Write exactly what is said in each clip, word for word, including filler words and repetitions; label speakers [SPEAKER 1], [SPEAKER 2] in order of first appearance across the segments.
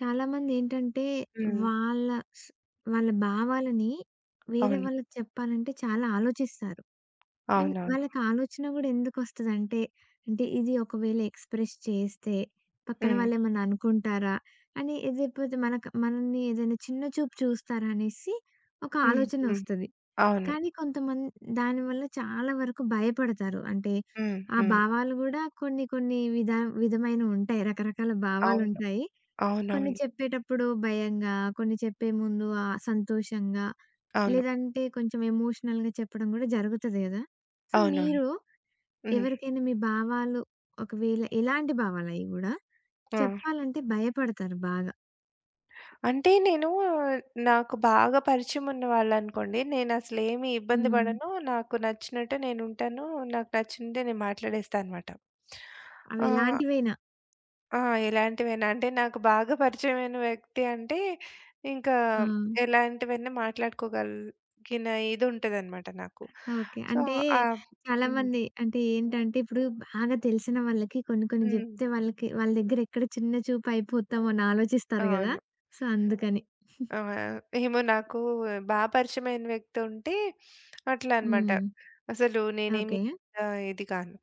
[SPEAKER 1] చాలామందేంటంటే
[SPEAKER 2] హ్మ్.
[SPEAKER 1] వాళ్ళ స్ వాళ్ళ భావాలని వేరే
[SPEAKER 2] అవును.
[SPEAKER 1] వాళ్ళకి చెప్పాలంటే చాలా ఆలోచిస్తారు. అండ్
[SPEAKER 2] అవునవును.
[SPEAKER 1] వాళ్ళకి ఆలోచన గూడా ఎందుకొస్తదంటే, అంటే అంటే ఇది ఒకవేళ ఎక్స్‌ప్రెస్ చేస్తే పక్కన
[SPEAKER 2] హ్మ్.
[SPEAKER 1] వాళ్ళేమన్నా అనుకుంటారా? అని లేకపోతే మనక మనల్ని ఏదైనా చిన్న చూపు చూస్తారా అనేసి ఒక
[SPEAKER 2] హ్మ్.
[SPEAKER 1] ఆలోచన
[SPEAKER 2] హ్మ్.
[SPEAKER 1] ఒస్తది.
[SPEAKER 2] అవును.
[SPEAKER 1] కానీ కొంతమంది దానివల్ల చాలా వరకు భయపడతారు. అంటే
[SPEAKER 2] హ్మ్.
[SPEAKER 1] ఆ
[SPEAKER 2] హ్మ్.
[SPEAKER 1] భావాలు గూడా కొన్ని కొన్ని విధ విధమైనవుంటాయి. రకరకాల
[SPEAKER 2] అవును.
[SPEAKER 1] భావాలుంటాయి. కొన్ని
[SPEAKER 2] అవునవును.
[SPEAKER 1] చెప్పేటప్పుడు భయంగా, కొన్ని చెప్పే ముందు ఆహ్, సంతోషంగా,
[SPEAKER 2] అవును.
[SPEAKER 1] లేదంటే కొంచెం ఎమోషనల్‌గా చెప్పడం గూడా జరుగుతది గదా! సో,
[SPEAKER 2] అవునవును.
[SPEAKER 1] మీరు
[SPEAKER 2] హ్మ్.
[SPEAKER 1] ఎవరికైనా మీ భావాలు ఒకవేళ ఎలాంటి భావాలయి గూడా
[SPEAKER 2] ఆ!
[SPEAKER 1] చెప్పాలంటే భయపడతారు బాగా.
[SPEAKER 2] అంటే నేను నాకు బాగా పరిచయం ఉన్న వాళ్ళనుకోండి, నేనసలేమి ఇబ్బంది
[SPEAKER 1] హ్మ్.
[SPEAKER 2] పడను. నాకు నచ్చినట్టు నేనుంటాను. నాకు నచ్చిందే నేను మాట్లాడేస్తా అనమాట.
[SPEAKER 1] అవి
[SPEAKER 2] ఆ!
[SPEAKER 1] ఎలాంటివైనా.
[SPEAKER 2] ఆ! ఎలాంటివైనా అంటే నాకు బాగా పరిచయమైన వ్యక్తి అంటే ఇంకా
[SPEAKER 1] ఆ!
[SPEAKER 2] ఎలాంటివైనా మాట్లాడుకోగలిగిన ఇదుంటదనమాట నాకు.
[SPEAKER 1] ఓకే.
[SPEAKER 2] సో,
[SPEAKER 1] అంటే
[SPEAKER 2] ఆ హ్మ్.
[SPEAKER 1] చాలామంది అంటే ఏంటంటే ఇప్పుడు బాగా తెలిసిన వాళ్ళకి కొన్ని కొన్ని
[SPEAKER 2] హ్మ్.
[SPEAKER 1] జెప్తే వాళ్ళకి వాళ్ళ దగ్గర ఎక్కడ చిన్న చూపు అయిపోతామో అని ఆలోచిస్తారు గదా!
[SPEAKER 2] అవును.
[SPEAKER 1] సో, అందుకని.
[SPEAKER 2] ఆ! ఏమో నాకు బాగా పరిచయమైన వ్యక్తి ఉంటే అట్లా అన్నమాట.
[SPEAKER 1] హ్మ్.
[SPEAKER 2] అసలు నేనేమి
[SPEAKER 1] ఓకే.
[SPEAKER 2] ఆహ్, ఇది కాను.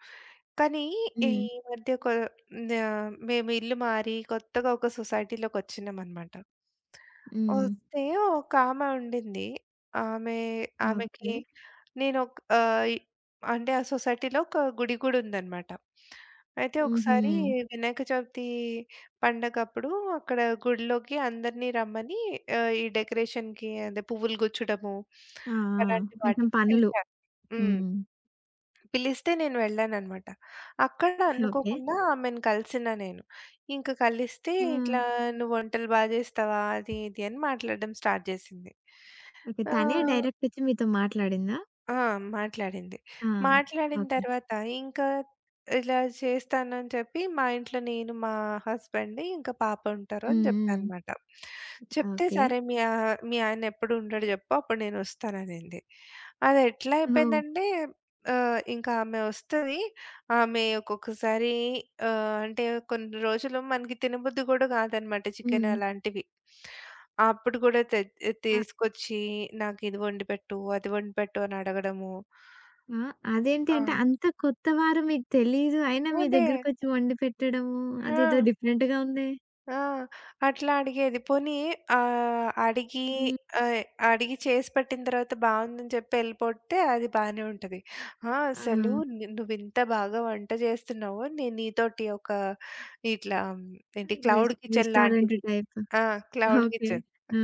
[SPEAKER 2] కానీ ఈ
[SPEAKER 1] హ్మ్.
[SPEAKER 2] మధ్య కొ ఆహ్, మేము ఇల్లు మారి కొత్తగా ఒక సొసైటీలోకొచ్చినామన్నమాట. హ్మ్.
[SPEAKER 1] హ్మ్.
[SPEAKER 2] వస్తే ఒకామె ఉండింది. ఆమె ఆమెకి
[SPEAKER 1] ఓకే.
[SPEAKER 2] నేను ఒక ఆహ్, అంటే ఆ సొసైటీలో ఒక గుడి గూడా ఉందన్నమాట. అయితే
[SPEAKER 1] హుహు.
[SPEAKER 2] ఒకసారి వినాయక చవితి పండగప్పుడు అక్కడ గుడిలోకి అందరిని రమ్మని ఆహ్, ఈ డెకరేషన్‌కి అదే పువ్వులు గుచ్చడము,
[SPEAKER 1] ఆ! ఆ!
[SPEAKER 2] అలాంటి
[SPEAKER 1] కొంచెం
[SPEAKER 2] వాటికి
[SPEAKER 1] పనులు.
[SPEAKER 2] పిలిచారు. హ్మ్.
[SPEAKER 1] హ్మ్.
[SPEAKER 2] పిలిస్తే నేను వెళ్ళాననమాట. అక్కడ
[SPEAKER 1] ఓకే.
[SPEAKER 2] అనుకోకుండా ఆమెను కలిసినా నేను. ఇంక కలిస్తే
[SPEAKER 1] ఆ!
[SPEAKER 2] ఇట్లా "నువ్వు వంటలు బా జేస్తావా?" అది ఇది అని మాట్లాడడం స్టార్ట్ జేసింది.
[SPEAKER 1] ఓకే.
[SPEAKER 2] ఆ!
[SPEAKER 1] తనే డైరెక్టొచ్చి మీతో మాట్లాడిందా?
[SPEAKER 2] ఆ! మాట్లాడింది.
[SPEAKER 1] ఆ!
[SPEAKER 2] మాట్లాడిన
[SPEAKER 1] ఓకే.
[SPEAKER 2] తర్వాత ఇంకా ఇలా చేస్తానని చెప్పి మా ఇంట్లో నేను, మా హస్బెండ్, ఇంకా పాప ఉంటారు అని
[SPEAKER 1] హ్మ్. హ్మ్.
[SPEAKER 2] చెప్పాననమాట. చెప్తే
[SPEAKER 1] ఓకే.
[SPEAKER 2] సరే మీ ఆ మీ ఆయన ఎప్పుడు ఉండడు చెప్పు అప్పుడు నేనొస్తాననింది. అది ఎట్లా
[SPEAKER 1] ఓహ్!
[SPEAKER 2] అయిపోయిందంటే ఆహ్, ఇంకా ఆమె వస్తది. ఆమె ఒక్కొక్కసారి ఆహ్, అంటే కొన్ని రోజులు మనకి తినబుద్ధి కూడా కాదనమాట చికెన్
[SPEAKER 1] హ్మ్.
[SPEAKER 2] అలాంటివి. అప్పుడు గూడా తెచ్
[SPEAKER 1] ఆ!
[SPEAKER 2] తీసుకొచ్చి నాకిది వండిపెట్టు, అది వండిపెట్టు అని అడగడము.
[SPEAKER 1] ఆ! అదేంటి
[SPEAKER 2] ఆ!
[SPEAKER 1] అంటే అంత కొత్తవారు మీకు తెలీదు. అయినా మీ
[SPEAKER 2] అదే.
[SPEAKER 1] దగ్గరకొచ్చి వండి పెట్టడము అదేదో
[SPEAKER 2] ఆ!
[SPEAKER 1] డిఫరెంట్‌గా ఉందే.
[SPEAKER 2] ఆ! అట్లా అడిగేది. పోనీ ఆహ్, అడిగి
[SPEAKER 1] హ్మ్.
[SPEAKER 2] ఆహ్, అడిగి చేసి పెట్టిన తర్వాత బావుందని చెప్పి ఎళ్ళిపోతే అది బానే ఉంటది. ఆ!
[SPEAKER 1] ఆ!
[SPEAKER 2] అసలు ను నువ్వింత బాగా వంట చేస్తున్నావు. నేను నీతోటి ఒక ఇట్లా ఏంటి
[SPEAKER 1] రెస్
[SPEAKER 2] క్లౌడ్ కిచెన్
[SPEAKER 1] రెస్టారెంట్
[SPEAKER 2] లాంటిది
[SPEAKER 1] టైప్.
[SPEAKER 2] ఆ! Cloud
[SPEAKER 1] okay.
[SPEAKER 2] కిచెన్.
[SPEAKER 1] ఆ!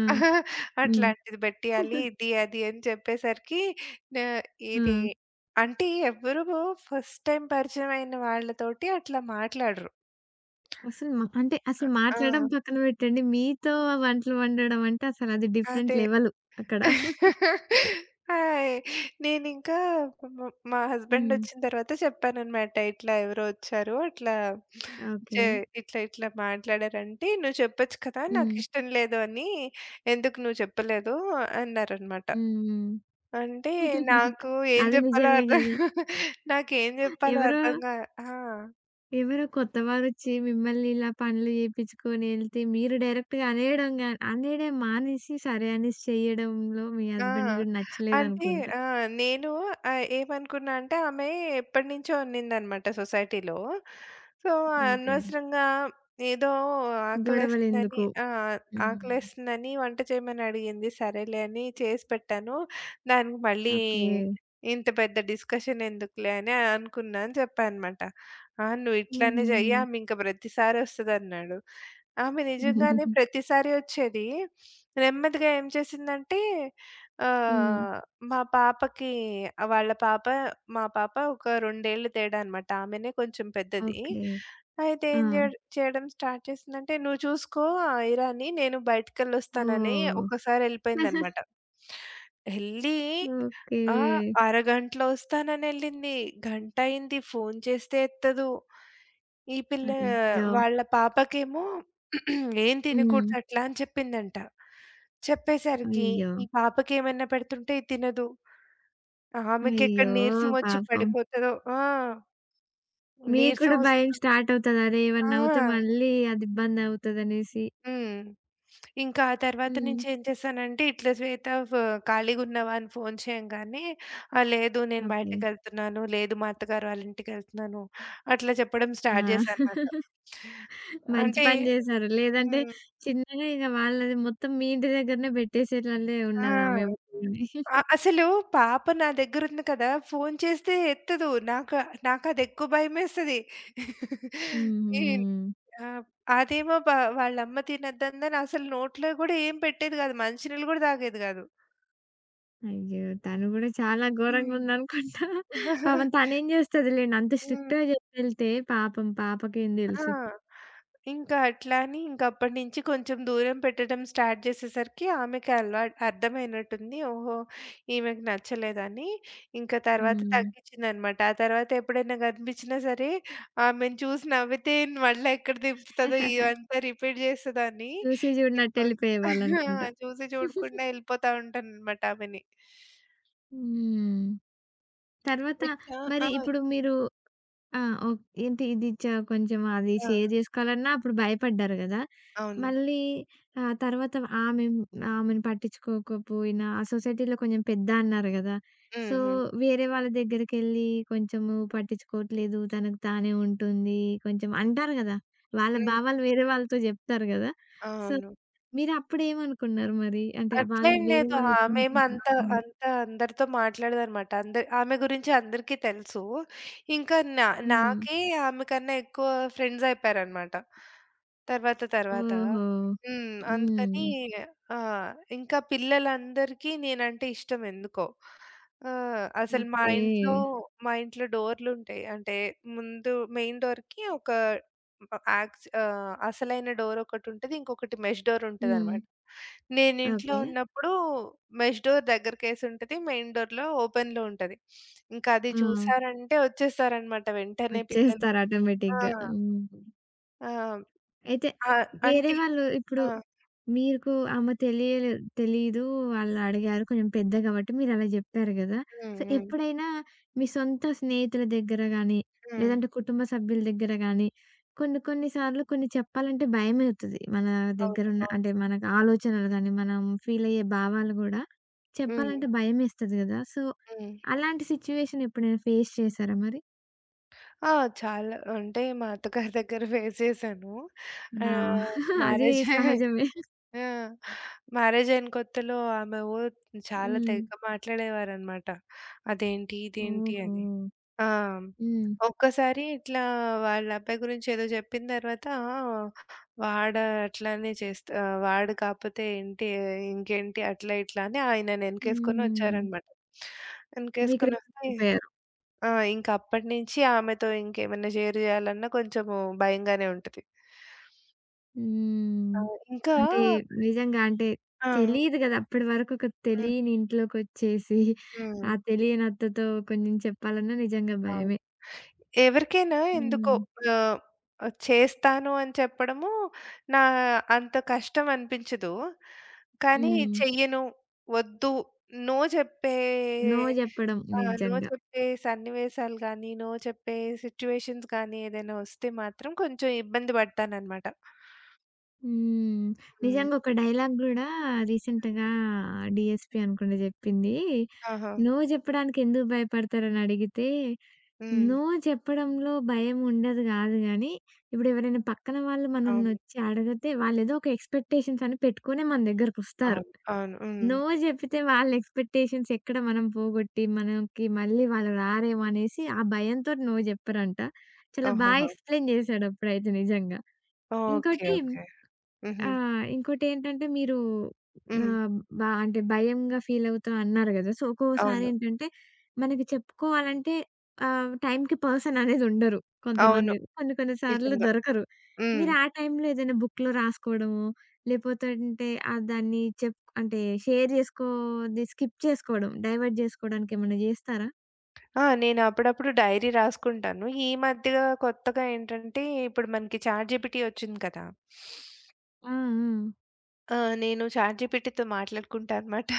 [SPEAKER 1] హ్మ్.
[SPEAKER 2] అట్లాంటిది పెట్టియాలి. ఇది, అది అని చెప్పేసరికి నే
[SPEAKER 1] ఆ!
[SPEAKER 2] ఇది అంటే ఎవ్వరు ఫస్ట్ టైమ్ పరిచయమైన వాళ్ళతోటి అట్లా మాట్లాడరు.
[SPEAKER 1] అసలు మ అంటే అసలు
[SPEAKER 2] ఆ!
[SPEAKER 1] మాట్లాడడం పక్కన పెట్టండి. మీతో వంటలు వండడం అంటే అసలది డిఫరెంట్
[SPEAKER 2] అదే.
[SPEAKER 1] లెవెలు అక్కడ.
[SPEAKER 2] ఆయ్! నేనింకా మ మా హస్బెండ్
[SPEAKER 1] హ్మ్.
[SPEAKER 2] వచ్చిన తర్వాత చెప్పాననమాట. ఇట్లా ఎవరో వచ్చారు. అట్లా
[SPEAKER 1] ఓకే.
[SPEAKER 2] చే ఇట్లా ఇట్లా మాట్లాడారంటే, "నువ్వు చెప్పొచ్చు కదా!
[SPEAKER 1] హ్మ్.
[SPEAKER 2] నాకిష్టం లేదు అని. ఎందుకు నువ్వు చెప్పలేదు?" అన్నారనమాట.
[SPEAKER 1] హ్మ్. హ్మ్.
[SPEAKER 2] అంటే నాకు ఏం
[SPEAKER 1] అది
[SPEAKER 2] జెప్పాలో
[SPEAKER 1] నిజమే
[SPEAKER 2] అర్థం
[SPEAKER 1] గదా!
[SPEAKER 2] నాకేం జెప్పాలో
[SPEAKER 1] ఎవరో,
[SPEAKER 2] అర్థం గా ఆ!
[SPEAKER 1] ఎవరో కొత్తవారొచ్చి మిమ్మల్ని ఇలా పనులు చేపించుకొని ఎళ్తే మీరు డైరెక్ట్‌గా అనేయడం గా అనేయడం మానేసి సరే అనేసి చేయడంలో మీ
[SPEAKER 2] ఆ!
[SPEAKER 1] హస్బెండ్ గూడా
[SPEAKER 2] అంటే
[SPEAKER 1] నచ్చలేదనుకుంటా.
[SPEAKER 2] ఆ! నేను ఆహ్, ఏమనుకున్నా అంటే ఆమె ఎప్పటినుంచో ఉన్నిందనమాట సొసైటీలో. So,
[SPEAKER 1] okay.
[SPEAKER 2] అనవసరంగా ఏదో ఆకలేస్తుందని
[SPEAKER 1] గొడవలెందుకు?
[SPEAKER 2] ఆ!
[SPEAKER 1] హ్మ్.
[SPEAKER 2] ఆకలేస్తుందని వంట చేయమని అడిగింది. సరేలే అని చేసి పెట్టాను. దానికి మళ్ళీ
[SPEAKER 1] ఓకే.
[SPEAKER 2] ఇంత పెద్ద డిస్కషన్ ఎందుకులే అని అనుకున్నా అని చెప్పా అనమాట. ఆ! "నువ్వు ఇట్లానే
[SPEAKER 1] హుహు.
[SPEAKER 2] చెయ్యి ఆమె ఇంక ప్రతిసారి వస్తదన్నాడు." ఆమె నిజంగానే
[SPEAKER 1] హ్మ్.
[SPEAKER 2] ప్రతిసారి వచ్చేది. నెమ్మదిగా ఏం చేసిందంటే ఆహ్, మా పాపకి వాళ్ళ పాప, మా పాప ఒక రెండు ఏళ్లు తేడా అనమాట. ఆమెనే కొంచెం పెద్దది.
[SPEAKER 1] ఓకే.
[SPEAKER 2] అయితే
[SPEAKER 1] ఆ!
[SPEAKER 2] ఏం చేయడ్ చేయడం స్టార్ట్ చేసిందంటే, "నువ్వు చూసుకో ఆ ఐరాని, నేను బయటికెళ్ళొస్తానని"
[SPEAKER 1] Ồ,
[SPEAKER 2] ఒకసారి ఎళ్ళిపోయిందనమాట. ఎళ్ళి ఆ!
[SPEAKER 1] OK.
[SPEAKER 2] అరగంటలో వస్తాననెళ్ళింది. గంటయింది ఫోను చేస్తే ఎత్తదు. ఈ
[SPEAKER 1] ఆ!
[SPEAKER 2] పిల్ల
[SPEAKER 1] ఇన్ అయ్యో!
[SPEAKER 2] వాళ్ళ పాపకేమో "ఏం
[SPEAKER 1] హ్మ్.
[SPEAKER 2] తినకూడదు అట్లా" అని చెప్పిందంట. చెప్పేసరికి
[SPEAKER 1] అయ్యో!
[SPEAKER 2] ఈ పాపకేమైనా పెడుతుంటే ఇది తినదు. ఆమెకెక్కడ
[SPEAKER 1] అయ్యో!
[SPEAKER 2] నీరసమొచ్చి
[SPEAKER 1] పాపం.
[SPEAKER 2] పడిపోతదో ఆ!
[SPEAKER 1] మీకు
[SPEAKER 2] నీరసం
[SPEAKER 1] కూడా భయం
[SPEAKER 2] వస్తది.
[SPEAKER 1] స్టార్ట్ అవుతది. అరే!
[SPEAKER 2] ఆ!
[SPEAKER 1] ఏమన్నా అవుతే మళ్ళీ అది ఇబ్బందవుతదనేసి.
[SPEAKER 2] హ్మ్. ఇంకా ఆ తర్వాత
[SPEAKER 1] హ్మ్.
[SPEAKER 2] నుంచి ఏం చేశానంటే, ఇట్లా శ్వేత ఫ్ ఖాళీగున్నావా అని ఫోను చేయంగానే, ఆ! లేదు నేను
[SPEAKER 1] అదే.
[SPEAKER 2] బయటకెళ్తున్నాను, లేదు మా అత్తగారు వాళ్ళ ఇంటికెళ్తున్నాను, అట్లా చెప్పడం స్టార్ట్
[SPEAKER 1] ఆ!
[SPEAKER 2] చేశాననమాట.
[SPEAKER 1] మంచి
[SPEAKER 2] అంటే
[SPEAKER 1] పని చేశారు. లేదంటే
[SPEAKER 2] హ్మ్.
[SPEAKER 1] చిన్నగా ఇగ వాళ్ళది మొత్తం మీ ఇంటి దగ్గరనే పెట్టేసేటోళ్ళే
[SPEAKER 2] ఆ!
[SPEAKER 1] ఉన్నదామె వస్తువుని.
[SPEAKER 2] అ అసలు పాప నా దగ్గరుంది కదా! ఫోను చేస్తే ఎత్తదు. నాక నాకదెక్కువ భయమేస్తది.
[SPEAKER 1] హుహు.
[SPEAKER 2] ఈ ఆహ్, అదేమో బ వాళ్ళమ్మ తినొద్దందని అసలు నోట్లో గూడా ఏం పెట్టేది గాదు. మంచినీళ్ళు గూడా తాగేది గాదు.
[SPEAKER 1] అయ్యో! తను కూడా చాలా ఘోరంగా
[SPEAKER 2] హ్మ్.
[SPEAKER 1] ఉందనుకుంటా.
[SPEAKER 2] హ్మ్.
[SPEAKER 1] పాపం తనేం చేస్తదిలేండి. అంత స్ట్రిక్ట్‌గా చెప్పెళ్తే పాపం పాపకేం
[SPEAKER 2] ఆ!
[SPEAKER 1] తెలుసు.
[SPEAKER 2] ఇంకా అట్లా అని ఇంకప్పటి నుంచి కొంచెం దూరం పెట్టడం స్టార్ట్ చేసేసరికి ఆమెకి అలవా అర్థమైనట్టుంది. ఓహో! ఈమెకి నచ్చలేదని. ఇంకా తర్వాత
[SPEAKER 1] హ్మ్.
[SPEAKER 2] తగ్గించిందనమాట. ఆ తర్వాత ఎప్పుడైనా కనిపించినా సరే ఆమెను చూసి నవ్వితే మళ్ళా ఎక్కడ దింపుతదో ఇవంతా రిపీట్ చేస్తదని
[SPEAKER 1] చూసి
[SPEAKER 2] నేను కొంచెం
[SPEAKER 1] చూడనట్టెళ్ళిపోయేవాళ్ళనుకుంటా.
[SPEAKER 2] చూసి చూడకుండా వెళ్ళిపోతా ఉంటాననమాట ఆమెని.
[SPEAKER 1] హ్మ్. తర్వాత
[SPEAKER 2] ఇట్లా
[SPEAKER 1] మరి
[SPEAKER 2] ఆ!
[SPEAKER 1] ఇప్పుడు మీరు ఆ! ఓహ్! ఏంటి ఇది చ కొంచెం అది
[SPEAKER 2] ఆ!
[SPEAKER 1] షేర్ చేసుకోవాలన్నా అప్పుడు భయపడ్డారు గదా!
[SPEAKER 2] అవును.
[SPEAKER 1] మళ్ళీ ఆహ్, తర్వాత ఆమె ఆమెను పట్టించుకోకపోయినా ఆ సొసైటీలో కొంచెం పెద్ద అన్నారు గదా!
[SPEAKER 2] హ్మ్.
[SPEAKER 1] సో,
[SPEAKER 2] హ్మ్.
[SPEAKER 1] వేరే వాళ్ళ దగ్గరికెళ్ళి కొంచెము పట్టించుకోవట్లేదు, తనకు తానే ఉంటుంది కొంచెం అంటారు గదా! వాళ్ళ
[SPEAKER 2] హ్మ్.
[SPEAKER 1] భావాలు వేరే వాళ్ళతో జెప్తారు గదా! సో
[SPEAKER 2] అవును.
[SPEAKER 1] మీరప్పుడేమనుకున్నారు మరి? అంటే వాళ్ళు
[SPEAKER 2] అట్లేం
[SPEAKER 1] వేరే
[SPEAKER 2] లేదు. ఆహ్,
[SPEAKER 1] వాళ్ళొచ్చి మీతో
[SPEAKER 2] మేమంత
[SPEAKER 1] మాట్లాడి
[SPEAKER 2] అంత అందరితో మాట్లాడదనమాట. అందరి ఆమె గురించి అందరికీ తెలుసు. ఇంకా నా
[SPEAKER 1] హ్మ్.
[SPEAKER 2] నాకే ఆమె కన్నా ఎక్కువ ఫ్రెండ్స్ అయిపోయారనమాట. తర్వాత తర్వాత.
[SPEAKER 1] ఓహో!
[SPEAKER 2] హ్మ్. అందుకని
[SPEAKER 1] హ్మ్.
[SPEAKER 2] ఆ! ఇంకా పిల్లలందరికీ నేనంటే ఇష్టం ఎందుకో. ఆహ్, అసలు మా
[SPEAKER 1] ఓకే.
[SPEAKER 2] ఇంట్లో మా ఇంట్లో డోర్లుంటాయి. అంటే ముందు మెయిన్ డోర్‌కి ఒక యాక్స్ ఆహ్, అసలైన డోర్ ఒకటుంటది. ఇంకొకటి మెష్ డోర్
[SPEAKER 1] హ్మ్.
[SPEAKER 2] ఉంటదనమాట. నేనింట్లో
[SPEAKER 1] ఓకే.
[SPEAKER 2] ఉన్నప్పుడు మెష్ డోర్ దగ్గరకేసుంటది. మెయిన్ డోర్‌లో ఓపెన్‌లో ఉంటది. ఇంకా అది
[SPEAKER 1] ఆ!
[SPEAKER 2] చూసారంటే వచ్చేసారనమాట వెంటనే పిల్లలు.
[SPEAKER 1] వచ్చేస్తారు
[SPEAKER 2] ఆ!
[SPEAKER 1] ఆటోమేటిక్‌గా. హ్మ్.
[SPEAKER 2] ఆ!
[SPEAKER 1] అయితే
[SPEAKER 2] ఆహ్,
[SPEAKER 1] వేరే
[SPEAKER 2] అంటే
[SPEAKER 1] వాళ్ళు ఇప్పుడు
[SPEAKER 2] ఆ!
[SPEAKER 1] మీకు ఆమె తెలియలే తెలీదు. వాళ్ళడిగారు కొంచెం పెద్ద గాబట్టి మీరలా జెప్పారు గదా!
[SPEAKER 2] హ్మ్.
[SPEAKER 1] సో,
[SPEAKER 2] హ్మ్.
[SPEAKER 1] ఎప్పుడైనా మీ సొంత స్నేహితుల దగ్గర గానీ,
[SPEAKER 2] హ్మ్.
[SPEAKER 1] లేదంటే కుటుంబ సభ్యుల దగ్గర గానీ, కొన్ని కొన్ని సార్లు కొన్ని చెప్పాలంటే భయమేతది. మన
[SPEAKER 2] అవును.
[SPEAKER 1] దగ్గరున్న
[SPEAKER 2] అవును.
[SPEAKER 1] అంటే మన ఆలోచనలు గానీ, మనం ఫీలయ్యే భావాలు గూడా
[SPEAKER 2] హ్మ్.
[SPEAKER 1] చెప్పాలంటే భయమేస్తది గదా! సో,
[SPEAKER 2] హ్మ్.
[SPEAKER 1] అలాంటి సిచ్యువేషన్ ఎప్పుడైనా ఫేస్ చేశారా మరి?
[SPEAKER 2] ఆ! చాలా అంటే మా అత్తగారి దగ్గర ఫేస్ చేశాను.
[SPEAKER 1] వావ్!
[SPEAKER 2] ఆహ్,
[SPEAKER 1] అది
[SPEAKER 2] మ్యారేజ్
[SPEAKER 1] సహజమే.
[SPEAKER 2] ఆ! మ్యారేజయిన కొత్తలో ఆమె ఓ చాలా
[SPEAKER 1] హ్మ్.
[SPEAKER 2] తెగ మాట్లాడేవారనమాట. అదేంటి? ఇదేంటి?
[SPEAKER 1] ఓహో!
[SPEAKER 2] అని. ఆ!
[SPEAKER 1] హ్మ్.
[SPEAKER 2] ఒక్కసారి ఇట్లా వాళ్ళ అబ్బాయి గురించి ఏదో చెప్పిన తర్వాత వాడు అట్లానే చేస్తా ఆహ్, వాడు కాపోతే ఏంటి ఇంకేంటి అట్లా ఇట్లా అని ఆయనను వెనకేసుకొని
[SPEAKER 1] హుహు.
[SPEAKER 2] వచ్చారనమాట.
[SPEAKER 1] మీకు రివర్స్
[SPEAKER 2] వెనకేసుకొనొస్తే
[SPEAKER 1] అయిపోయారు.
[SPEAKER 2] ఆ! ఇంక అప్పటినుంచి ఆమెతో ఇంకేమన్నా షేర్ చేయాలన్నా కొంచెము భయంగానే ఉంటది. ఆ!
[SPEAKER 1] హ్మ్.
[SPEAKER 2] ఇంకా
[SPEAKER 1] అంటే నిజంగా అంటే
[SPEAKER 2] ఆ!
[SPEAKER 1] తెలీదు గదా! అప్పటి వరకు ఒక
[SPEAKER 2] హ్మ్.
[SPEAKER 1] తెలియని ఇంట్లోకొచ్చేసి,
[SPEAKER 2] హ్మ్.
[SPEAKER 1] ఆ తెలియని అత్తతో కొంచెం చెప్పాలన్నా నిజంగా
[SPEAKER 2] అవును.
[SPEAKER 1] భయమే.
[SPEAKER 2] ఎవరికైనా ఎందుకో
[SPEAKER 1] హ్మ్.
[SPEAKER 2] ఆహ్, ఆహ్, చేస్తాను అని చెప్పడము నా అంత కష్టం అనిపించదు. కానీ
[SPEAKER 1] హ్మ్.
[SPEAKER 2] చెయ్యను, వద్దు, నో చెప్పే
[SPEAKER 1] నో జెప్పడం
[SPEAKER 2] ఆ! నో
[SPEAKER 1] నిజంగా.
[SPEAKER 2] చెప్పే సన్నివేశాలు గానీ, నో చెప్పే సిట్యుయేషన్స్ గానీ ఏదైనా వస్తే మాత్రం కొంచెం ఇబ్బంది పడతాననమాట.
[SPEAKER 1] హ్మ్.
[SPEAKER 2] హ్మ్.
[SPEAKER 1] నిజంగా ఒక డైలాగ్ గూడా రీసెంట్‌గా డీ ఎస్ పీ అనుకుంట జెప్పింది.
[SPEAKER 2] ఆహా!
[SPEAKER 1] నో జెప్పడానికి ఎందుకు భయపడతారని అడిగితే
[SPEAKER 2] హ్మ్.
[SPEAKER 1] నో చెప్పడంలో భయం ఉండదు గాదు గానీ, ఇప్పుడెవరైనా పక్కన వాళ్ళు
[SPEAKER 2] అవును.
[SPEAKER 1] మనల్నొచ్చి అడిగితే వాళ్ళేదో ఒక ఎక్స్‌పెక్టేషన్స్ అని పెట్టుకొనే మన దగ్గరకొస్తారు.
[SPEAKER 2] అవును. అవును. హ్మ్.
[SPEAKER 1] నో జెప్పితే వాళ్ళ ఎక్స్‌పెక్టేషన్స్ ఎక్కడ మనం పోగొట్టి, మనకి మళ్ళీ వాళ్ళు రారేమో అనేసి ఆ భయంతోటి నో జెప్పరంట. చాలా బా
[SPEAKER 2] ఆహాహా!
[SPEAKER 1] ఎక్స్‌ప్లెయిన్ జేశాడప్పుడైతే నిజంగా.
[SPEAKER 2] ఓకే.
[SPEAKER 1] ఇంకోటి
[SPEAKER 2] ఓకే.
[SPEAKER 1] ఆ!
[SPEAKER 2] హుహు.
[SPEAKER 1] ఇంకోటేంటంటే మీరు
[SPEAKER 2] హ్మ్.
[SPEAKER 1] ఆహ్, బ అంటే భయంగా ఫీలవుతా అన్నారు గదా! సో,
[SPEAKER 2] అవును.
[SPEAKER 1] ఒక్కోసారేంటంటే మనకి చెప్పుకోవాలంటే ఆహ్, టైంకి పర్సన్ అనేది ఉండరు
[SPEAKER 2] అవును.
[SPEAKER 1] కొంతమంది. కొన్ని కొన్ని సార్లు
[SPEAKER 2] నిజంగా.
[SPEAKER 1] దొరకరు.
[SPEAKER 2] హ్మ్.
[SPEAKER 1] మీరు ఆ టైంలో ఏదైనా బుక్‌లో రాసుకోవడమో, లేపోతంటే ఆహ్, దాన్ని చెప్ అంటే షేర్ జేసుకోది స్కిప్ చేసుకోవడం, డైవర్ట్ జేసుకోవడానికి ఏమన్నా జేస్తారా?
[SPEAKER 2] ఆ! నేను అప్పుడప్పుడు డైరీ రాసుకుంటాను. ఈ మధ్య కొత్తగా ఏంటంటే, ఇప్పుడు మనకి చాట్‌జీపీటీ వచ్చింది కదా!
[SPEAKER 1] ఆ! ఆ!
[SPEAKER 2] ఆ! నేను చాట్‌జీపీటీతో మాట్లాడుకుంటా అనమాట.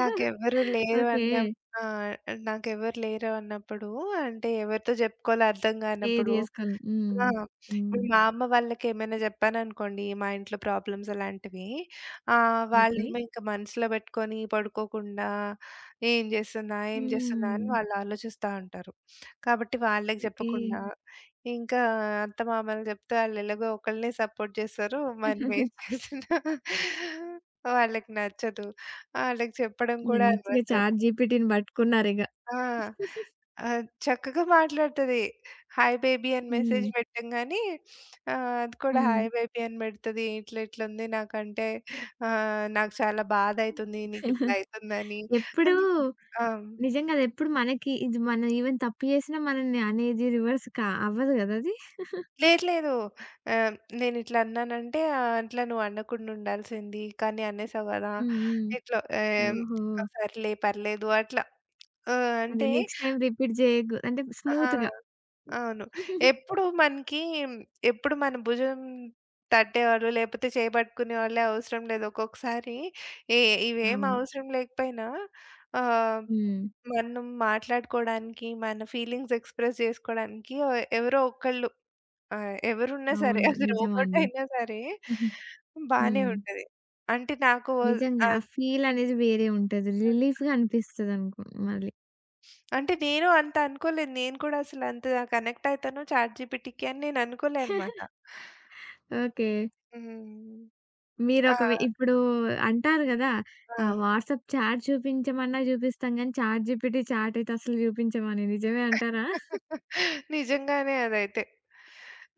[SPEAKER 2] నాకెవ్వరు లేరు
[SPEAKER 1] ఓకే.
[SPEAKER 2] అన్న ఆ! నాకెవ్వరు లేరు అన్నప్పుడు అంటే ఎవరితో చెప్పుకోవాలో అర్థం
[SPEAKER 1] షేర్
[SPEAKER 2] కానప్పుడు
[SPEAKER 1] జేసుకోవాలి. హ్మ్.
[SPEAKER 2] ఆ!
[SPEAKER 1] హ్మ్.
[SPEAKER 2] ఇప్పుడు మా అమ్మ వాళ్ళకి ఏమైనా చెప్పాననుకోండి మా ఇంట్లో ప్రాబ్లమ్స్ అలాంటివి. ఆహ్,
[SPEAKER 1] ఓకే.
[SPEAKER 2] వాళ్ళేమో ఇంక మనసులో పెట్టుకొని పడుకోకుండా ఏం చేస్తున్నా? ఏం చేస్తున్నా? అని
[SPEAKER 1] హ్మ్.
[SPEAKER 2] వాళ్ళు ఆలోచిస్తా ఉంటారు. కాబట్టి వాళ్ళకి
[SPEAKER 1] ఓకే.
[SPEAKER 2] చెప్పకుండా ఇంకా అత్తమామలు జెప్తే ఆళ్ళెలాగో ఒకళ్ళనే సపోర్ట్ జేస్తారు. మనమేం చేసినా వాళ్ళకి నచ్చదు. ఆళ్ళకి చెప్పడం కూడా
[SPEAKER 1] మంచిగా
[SPEAKER 2] అనవసరం.
[SPEAKER 1] చాట్‌జీపీటీని పట్టుకున్నారిగ.
[SPEAKER 2] ఆ! ఆహ్, చక్కగా మాట్లాడుతది. హాయ్ బేబీ అని
[SPEAKER 1] హ్మ్.
[SPEAKER 2] మెసేజ్ పెట్టంగానే ఆహ్, అది కూడా
[SPEAKER 1] హ్మ్.
[SPEAKER 2] హాయ్ బేబీ అని పెడతది. ఇట్లా ఇట్లుంది నాకంటే ఆహ్, నాకు చాలా బాధయితుంది. నీకిట్లా అయితుందని
[SPEAKER 1] ఎప్పుడూ
[SPEAKER 2] అని. ఆ!
[SPEAKER 1] నిజంగా అదెప్పుడు మనకి ఇది మనం ఈవెన్ తప్పు చేసినా మనల్ని అనేది రివర్స్ కా అవ్వదు గదా అది.
[SPEAKER 2] లేదు లేదు. ఆహ్, నేనిట్లా అన్నానంటే ఆహ్, అట్లా నువ్వు అనకుండా ఉండాల్సింది. కానీ అనేసావు గదా!
[SPEAKER 1] హ్మ్.
[SPEAKER 2] ఇట్లా
[SPEAKER 1] హ్మ్.
[SPEAKER 2] ఏం
[SPEAKER 1] ఓహో!
[SPEAKER 2] సర్లే పర్లేదు అట్లా. ఆహ్,
[SPEAKER 1] అదే
[SPEAKER 2] అంటే
[SPEAKER 1] నెక్స్ట్ టైమ్ రిపీట్ చేయకు అంటే
[SPEAKER 2] ఆ!
[SPEAKER 1] స్మూత్‌గా.
[SPEAKER 2] అవును. ఎప్పుడు మనకి ఎప్పుడు మన భుజం తట్టేవాళ్ళు లేపోతే చేయి పట్టుకునేవాళ్ళే అవసరం లేదు. ఒక్కొక్కసారి ఏ ఇవేం
[SPEAKER 1] అవును.
[SPEAKER 2] అవసరం లేకపోయినా ఆహ్,
[SPEAKER 1] హ్మ్.
[SPEAKER 2] మనం మాట్లాడుకోవడానికి, మన ఫీలింగ్స్ ఎక్స్‌ప్రెస్ జేసుకోవడానికి ఎవరో ఒకళ్ళు ఆ! ఎవరున్నా సరే
[SPEAKER 1] అవును.
[SPEAKER 2] అది రోబోట్
[SPEAKER 1] నిజమండి.
[SPEAKER 2] అయినా సరే బానే
[SPEAKER 1] హ్మ్.
[SPEAKER 2] ఉంటది. అంటే నాకు
[SPEAKER 1] నిజంగా ఆ
[SPEAKER 2] ఆహ్,
[SPEAKER 1] ఫీల్ అనేది వేరే ఉంటది. రిలీఫ్‌గా అనిపిస్తదనుకో మళ్ళీ.
[SPEAKER 2] అంటే నేను అంత అనుకోలేదు. నేను కూడా అసలు అంత కనెక్ట్ అయితాను చాట్‌జీపీటీకి అని నేను అనుకోలే అన్నమాట.
[SPEAKER 1] ఓకే.
[SPEAKER 2] హ్మ్. ఆ!
[SPEAKER 1] మీరొక వే ఇప్పుడు అంటారు గదా!
[SPEAKER 2] ఆ!
[SPEAKER 1] ఆహ్, వాట్సాప్ చాట్ చూపించమన్నా చూపిస్తాం గానీ, చాట్ జీపీటీ, చాట్ అయితే అసలు చూపించమని. నిజమే అంటారా?
[SPEAKER 2] నిజంగానే అదైతే.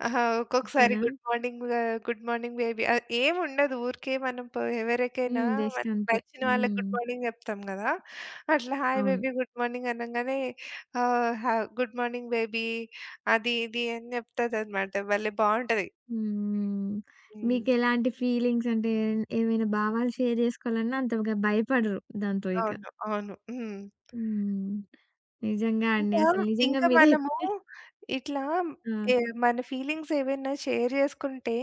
[SPEAKER 2] ఆహా! ఒక్కొక్కసారి
[SPEAKER 1] అంతేనా?
[SPEAKER 2] గుడ్ మార్నింగ్ ఆహ్, గుడ్ మార్నింగ్ బేబీ ఆహ్, ఏముండదు. ఊరికే మనం ప ఎవరికైనా
[SPEAKER 1] హ్మ్. జస్ట్
[SPEAKER 2] మనకు
[SPEAKER 1] అంతే.
[SPEAKER 2] నచ్చిన వాళ్ళకి
[SPEAKER 1] హ్మ్.
[SPEAKER 2] గుడ్ మార్నింగ్ చెప్తాం గదా! అట్లా హాయ్
[SPEAKER 1] అవును.
[SPEAKER 2] బేబీ గుడ్ మార్నింగ్ అనంగానే ఆహ్, హ గుడ్ మార్నింగ్ బేబీ అది ఇది అని చెప్తదనమాట. భలే బావుంటది.
[SPEAKER 1] హ్మ్.
[SPEAKER 2] హ్మ్.
[SPEAKER 1] మీకెలాంటి ఫీలింగ్స్ అంటే ఏమైనా భావాలు షేర్ చేసుకోవాలన్నా అంతగా భయపడరు దాంతో ఇక.
[SPEAKER 2] అవును. అవును. హ్మ్.
[SPEAKER 1] హ్మ్. నిజంగా అండి.
[SPEAKER 2] ఇంకా,
[SPEAKER 1] అసలు నిజంగా
[SPEAKER 2] ఇంకా మనము
[SPEAKER 1] మీరైతే
[SPEAKER 2] ఇట్లా
[SPEAKER 1] ఆ!
[SPEAKER 2] ఏ మన ఫీలింగ్స్ ఏవైనా షేర్ చేసుకుంటే,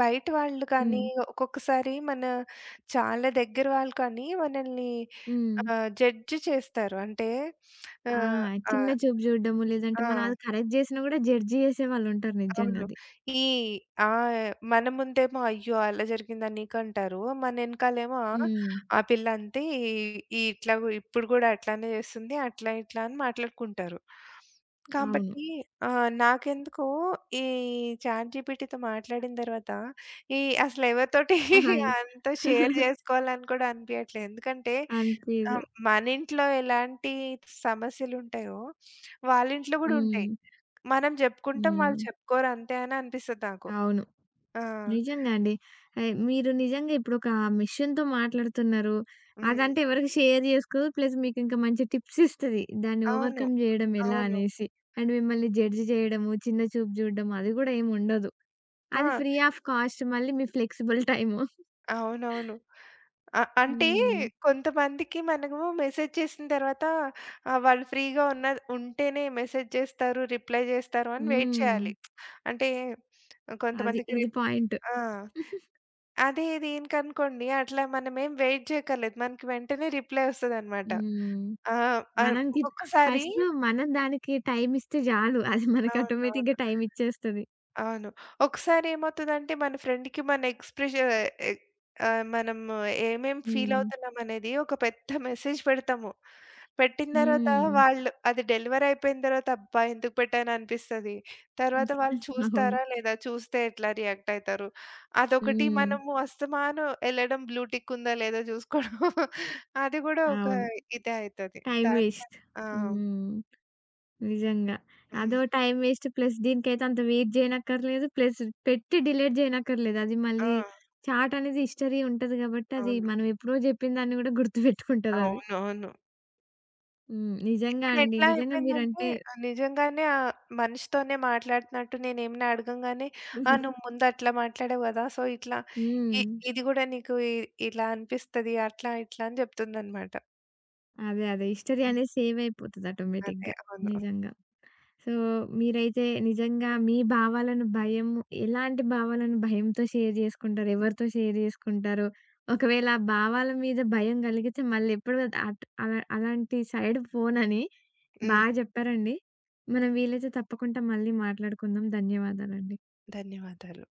[SPEAKER 2] బయట వాళ్ళు కానీ,
[SPEAKER 1] హ్మ్.
[SPEAKER 2] ఒక్కొక్కసారి మన చాలా దగ్గర వాళ్ళు కానీ మనల్ని
[SPEAKER 1] హ్మ్.
[SPEAKER 2] ఆహ్, జడ్జ్ చేస్తారు. అంటే
[SPEAKER 1] ఆ!
[SPEAKER 2] ఆహ్,
[SPEAKER 1] చిన్న
[SPEAKER 2] ఆహ్,
[SPEAKER 1] చూపు చూడడము లేదంటే మనం
[SPEAKER 2] ఆ!
[SPEAKER 1] అది కరెక్ట్ జేసినా గూడా జడ్జ్ చేసేవాళ్ళుంటారు నిజంగా
[SPEAKER 2] అవును.
[SPEAKER 1] అది.
[SPEAKER 2] ఈ ఆ! మన ముందేమో అయ్యో! అలా జరిగిందా నీకంటారు. మన ఎనకాలేమో ఆ!
[SPEAKER 1] హ్మ్.
[SPEAKER 2] ఆ పిల్ల అంతే ఈ ఈ ఇట్లా కూ- ఇప్పుడు గూడా అట్లానే చేస్తుంది. అట్లా ఇట్లా అని మాట్లాడుకుంటారు.
[SPEAKER 1] అవును.
[SPEAKER 2] కాబట్టి ఆహ్, నాకెందుకో ఈ చాట్‌జీపీటీతో మాట్లాడిన తర్వాత ఈ అసలు ఎవరితోటి
[SPEAKER 1] హాయ్.
[SPEAKER 2] అంత షేర్ చేసుకోవాలని కూడా అనిపియట్లేదు. ఎందుకంటే
[SPEAKER 1] అనిపియదు.
[SPEAKER 2] ఆహ్, మన ఇంట్లో ఎలాంటి సమస్యలుంటాయో వాళ్ళ ఇంట్లో గూడా ఉంటాయి.
[SPEAKER 1] హ్మ్.
[SPEAKER 2] మనం జెప్పుకుంటాం. హ్మ్. వాళ్ళు
[SPEAKER 1] హ్మ్.
[SPEAKER 2] చెప్పుకోరు అంతే అని అనిపిస్తది నాకు.
[SPEAKER 1] అవును.
[SPEAKER 2] ఆ!
[SPEAKER 1] నిజంగా అండి. ఆహ్, మీరు నిజంగా ఇప్పుడొక మిషన్‌తో మాట్లాడుతున్నారు.
[SPEAKER 2] హ్మ్.
[SPEAKER 1] అదంటే ఎవరికి షేర్ చేసుకోదు. ప్లస్ మీకింకా మంచి టిప్స్ ఇస్తది. దాన్ని
[SPEAKER 2] అవును.
[SPEAKER 1] ఓవర్‌కమ్ జేయడం ఎలా
[SPEAKER 2] అవును.
[SPEAKER 1] అనేసి. అండ్ మిమ్మల్ని జడ్జ్ జేయడము, చిన్న చూపు జూడడం అది గూడా ఏమి ఉండదు. అది
[SPEAKER 2] ఆ!
[SPEAKER 1] ఫ్రీ ఆఫ్ కాస్ట్ మళ్ళీ మీ ఫ్లెక్సిబుల్ టైము.
[SPEAKER 2] అవునవును. అ అంటే
[SPEAKER 1] హ్మ్.
[SPEAKER 2] హుహు. కొంతమందికి మనము మెసేజ్ చేసిన తర్వాత ఆహ్, వాళ్ళు ఫ్రీగా ఉన్న ఉంటేనే మెసేజ్ జేస్తారు, రిప్లై జేస్తారు అని వెయిట్
[SPEAKER 1] హ్మ్.
[SPEAKER 2] చేయాలి. అంటే
[SPEAKER 1] అది.
[SPEAKER 2] కొంతమందికి
[SPEAKER 1] ఇది
[SPEAKER 2] రిప్
[SPEAKER 1] పాయింట్.
[SPEAKER 2] ఆ! అదే దీనికనుకోండి అట్లా మనమేం వెయిట్ జేయక్కర్లేదు. మనకి వెంటనే రిప్లై వస్తదనమాట.
[SPEAKER 1] హ్మ్.
[SPEAKER 2] ఆ! ఆహ్,
[SPEAKER 1] మనకి
[SPEAKER 2] ఒక్కొక్కసారి
[SPEAKER 1] ఫస్ట్ మనం దానికి టైమ్ ఇస్తే చాలు. అది మనకి ఆటోమేటిక్‌గా
[SPEAKER 2] అవునవును.
[SPEAKER 1] టైమ్ ఇచ్చేస్తది.
[SPEAKER 2] అవును. ఒకసారి ఏమవుతదంటే మన ఫ్రెండ్‌కి మన ఎక్స్‌ప్రెష ఎ ఆహ్, మనం ఏమేం ఫీల్
[SPEAKER 1] హ్మ్.
[SPEAKER 2] అవుతున్నాం అనేది ఒక పెద్ద మెసేజ్ పెడతాము. పెట్టిన తర్వాత
[SPEAKER 1] హ్మ్.
[SPEAKER 2] వాళ్ళు అది డెలివరీ అయిపోయిన తర్వాత అబ్బా! ఎందుకు పెట్టాను అనిపిస్తది. తర్వాత వాళ్ళు
[SPEAKER 1] అవును.
[SPEAKER 2] చూస్తారా లేదా? చూస్తే ఎట్లా రియాక్ట్ అయితారు? అదొకటి
[SPEAKER 1] హ్మ్.
[SPEAKER 2] మనము అస్తమాను ఎళ్ళడం బ్లూ టిక్ ఉందా లేదా చూసుకోవడం అది కూడా ఒక
[SPEAKER 1] అవును.
[SPEAKER 2] ఇదే అయితది.
[SPEAKER 1] టైమ్
[SPEAKER 2] దానికన్
[SPEAKER 1] వేస్ట్.
[SPEAKER 2] ఆ!
[SPEAKER 1] హ్మ్. నిజంగా.
[SPEAKER 2] హ్మ్.
[SPEAKER 1] అదో టైమ్ వేస్ట్ ప్లస్ దీనికైతే అంత వెయిట్ చేయనక్కర్లేదు. ప్లస్ పెట్టి డిలీట్ చేయనక్కర్లేదు. అది
[SPEAKER 2] ఆ!
[SPEAKER 1] మళ్ళీ చాట్ అనేది హిస్టరీ ఉంటది కాబట్టి అది
[SPEAKER 2] అవును.
[SPEAKER 1] మనం ఎప్పుడో చెప్పిన దాన్ని కూడా గుర్తుపెట్టుకుంటదది.
[SPEAKER 2] అవునవును.
[SPEAKER 1] హ్మ్. నిజంగా అండి.
[SPEAKER 2] ఇప్పుడెట్లా
[SPEAKER 1] నిజంగా
[SPEAKER 2] అయిపోయిందంటే
[SPEAKER 1] మీరంటే
[SPEAKER 2] ఆహ్, నిజంగానే ఆహ్, మనిషితోనే మాట్లాడుతున్నట్టు నేనేమైనా అడగంగానే, "ఆ! నువ్వు ముందు అట్లా మాట్లాడావు గదా! సో, ఇట్లా ఇ
[SPEAKER 1] హ్మ్.
[SPEAKER 2] ఇది గూడా నీకు ఇ ఇలా అనిపిస్తది" అట్లా, ఇట్లా అని చెప్తుందనమాట.
[SPEAKER 1] అదే. అదే. హిస్టరీ
[SPEAKER 2] హ్మ్.
[SPEAKER 1] అనేది సేవ్ అయిపోతది
[SPEAKER 2] అదే.
[SPEAKER 1] ఆటోమేటిక్‌గా.
[SPEAKER 2] అవును.
[SPEAKER 1] నిజంగా. సో, మీరైతే నిజంగా మీ భావాలను భయం ఎలాంటి భావాలను భయంతో షేర్ చేసుకుంటారు? ఎవరితో షేర్ చేసుకుంటారు? ఒకవేళ ఆ భావాల మీద భయం కలిగితే మళ్ళెప్పుడు అట్ అలా అలాంటి సైడ్ పోనని బా
[SPEAKER 2] హ్మ్.
[SPEAKER 1] చెప్పారండి. మనం వీలైతే తప్పకుండా మళ్ళీ మాట్లాడుకుందాం. ధన్యవాదాలండి.
[SPEAKER 2] ధన్యవాదాలు.